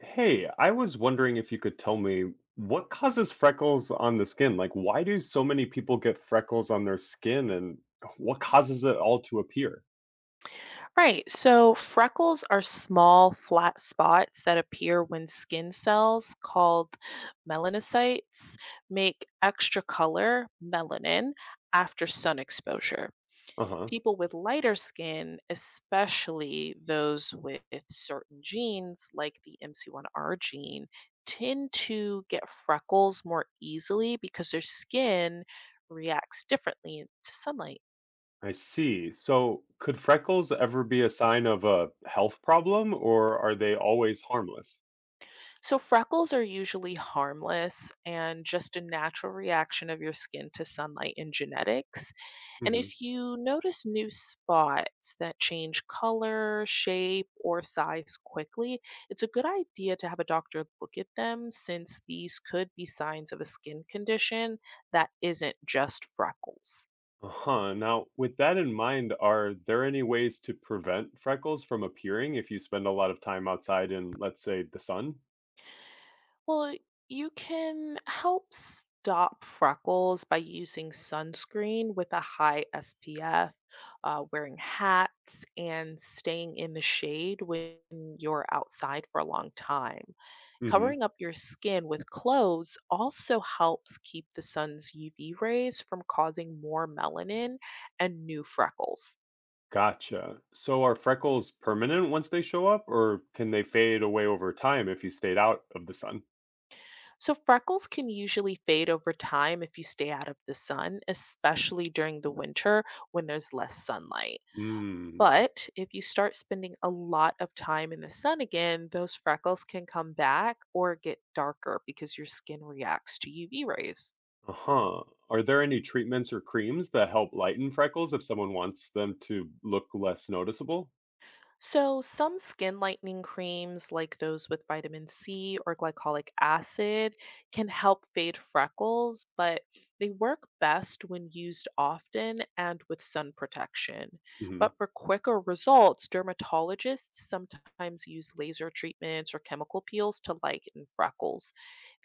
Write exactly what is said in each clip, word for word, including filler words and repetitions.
Hey, I was wondering if you could tell me what causes freckles on the skin? Like, why do so many people get freckles on their skin and what causes it all to appear? Right. So freckles are small, flat spots that appear when skin cells called melanocytes make extra color, melanin, after sun exposure. Uh-huh. People with lighter skin, especially those with certain genes like the M C one R gene, tend to get freckles more easily because their skin reacts differently to sunlight. I see. So, could freckles ever be a sign of a health problem or are they always harmless? So, freckles are usually harmless and just a natural reaction of your skin to sunlight and genetics. And Hmm. if you notice new spots that change color, shape, or size quickly, it's a good idea to have a doctor look at them since these could be signs of a skin condition that isn't just freckles. Uh-huh. Now, with that in mind, are there any ways to prevent freckles from appearing if you spend a lot of time outside in, let's say, the sun? Well, you can help stop freckles by using sunscreen with a high S P F, uh, wearing hats, and staying in the shade when you're outside for a long time. Mm-hmm. Covering up your skin with clothes also helps keep the sun's U V rays from causing more melanin and new freckles. Gotcha. So are freckles permanent once they show up, or can they fade away over time if you stayed out of the sun? So, freckles can usually fade over time if you stay out of the sun, especially during the winter when there's less sunlight. Hmm. But if you start spending a lot of time in the sun again, those freckles can come back or get darker because your skin reacts to U V rays. Uh huh. Are there any treatments or creams that help lighten freckles if someone wants them to look less noticeable? So, some skin lightening creams, like those with vitamin C or glycolic acid, can help fade freckles, but they work best when used often and with sun protection. Hmm. But for quicker results, dermatologists sometimes use laser treatments or chemical peels to lighten freckles.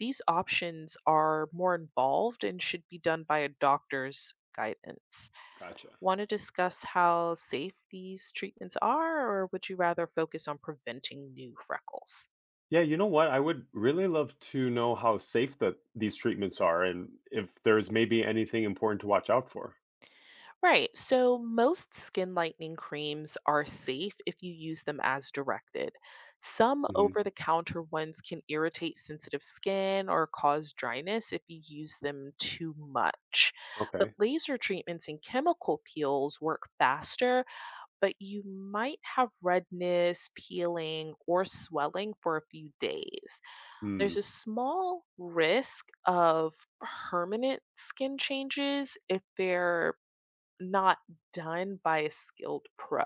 These options are more involved and should be done by a doctor's guidance. Gotcha. Want to discuss how safe these treatments are, or would you rather focus on preventing new freckles? Yeah, you know what? I would really love to know how safe that these treatments are, and if there's maybe anything important to watch out for. Right, so most skin lightening creams are safe if you use them as directed. Some over Hmm. the counter ones can irritate sensitive skin or cause dryness if you use them too much. But Okay. laser treatments and chemical peels work faster, but you might have redness, peeling, or swelling for a few days. Hmm. There's a small risk of permanent skin changes if they're not done by a skilled pro.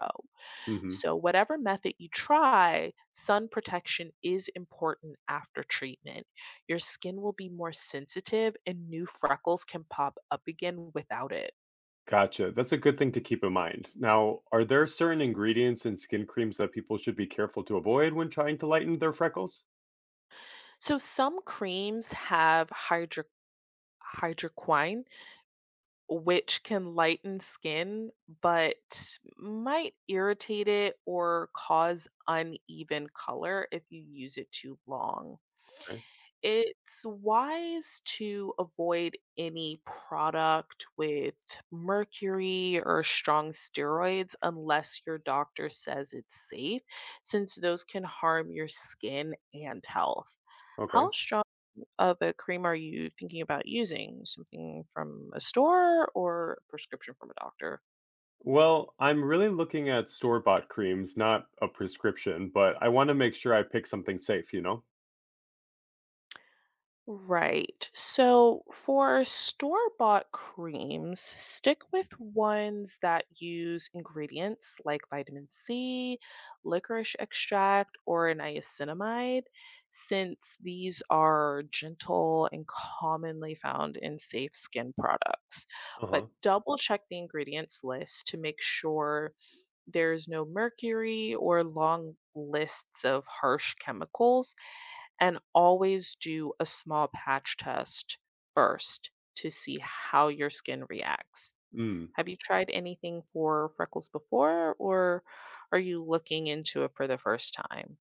Hmm. So, whatever method you try, sun protection is important after treatment. Your skin will be more sensitive and new freckles can pop up again without it. Gotcha. That's a good thing to keep in mind. Now, are there certain ingredients in skin creams that people should be careful to avoid when trying to lighten their freckles? So, some creams have hydro- hydroquine, which can lighten skin but might irritate it or cause uneven color if you use it too long. Okay. It's wise to avoid any product with mercury or strong steroids unless your doctor says it's safe, since those can harm your skin and health. Okay. How strong other cream are you thinking about using? Something from a store or a prescription from a doctor? Well, I'm really looking at store bought creams, not a prescription, but I want to make sure I pick something safe, you know? Right. So for store bought creams, stick with ones that use ingredients like vitamin C, licorice extract, or niacinamide, since these are gentle and commonly found in safe skin products. Uh But huh. double check the ingredients list to make sure there is no mercury or long lists of harsh chemicals, and always do a small patch test first to see how your skin reacts. Mm. Have you tried anything for freckles before, or are you looking into it for the first time?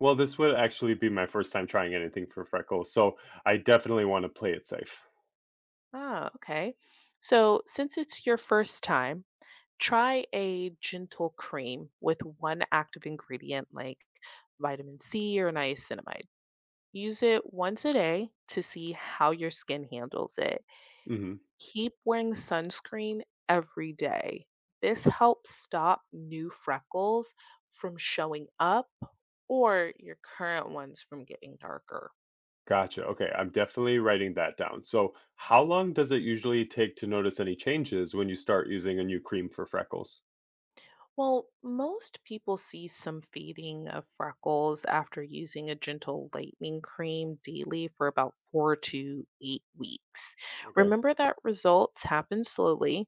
Well, this would actually be my first time trying anything for freckles, so I definitely want to play it safe. Ah, okay. So, since it's your first time, try a gentle cream with one active ingredient like vitamin C or niacinamide. Use it once a day to see how your skin handles it. Mhm. Keep wearing sunscreen every day. This helps stop new freckles from showing up or your current ones from getting darker. Gotcha. Okay, I'm definitely writing that down. So, how long does it usually take to notice any changes when you start using a new cream for freckles? Well, most people see some fading of freckles after using a gentle lightening cream daily for about four to eight weeks. Okay, Remember that results happen slowly,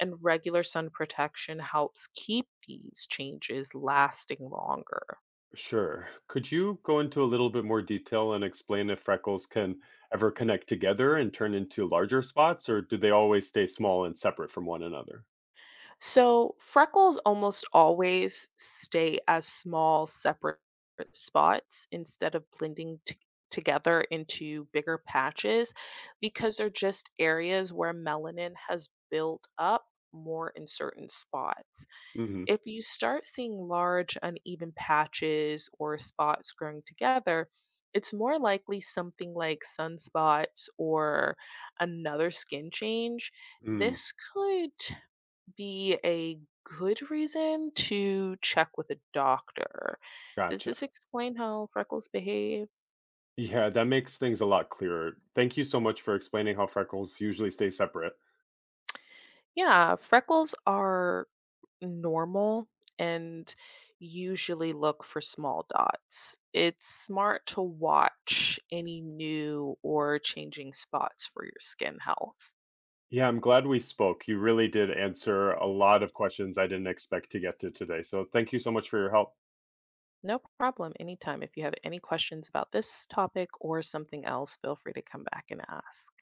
and regular sun protection helps keep these changes lasting longer. sure. Could you go into a little bit more detail and explain if freckles can ever connect together and turn into larger spots, or do they always stay small and separate from one another? So freckles almost always stay as small, separate spots instead of blending t- together into bigger patches because they're just areas where melanin has built up more in certain spots. Mm-hmm. If you start seeing large, uneven patches or spots growing together, it's more likely something like sunspots or another skin change. Mm, This could be a good reason to check with a doctor. Does gotcha. this explain how freckles behave? Yeah, that makes things a lot clearer. Thank you so much for explaining how freckles usually stay separate. Yeah, freckles are normal and usually look for small dots. It's smart to watch any new or changing spots for your skin health. Yeah, I'm glad we spoke. You really did answer a lot of questions I didn't expect to get to today. So thank you so much for your help. No problem, anytime. If you have any questions about this topic or something else, feel free to come back and ask.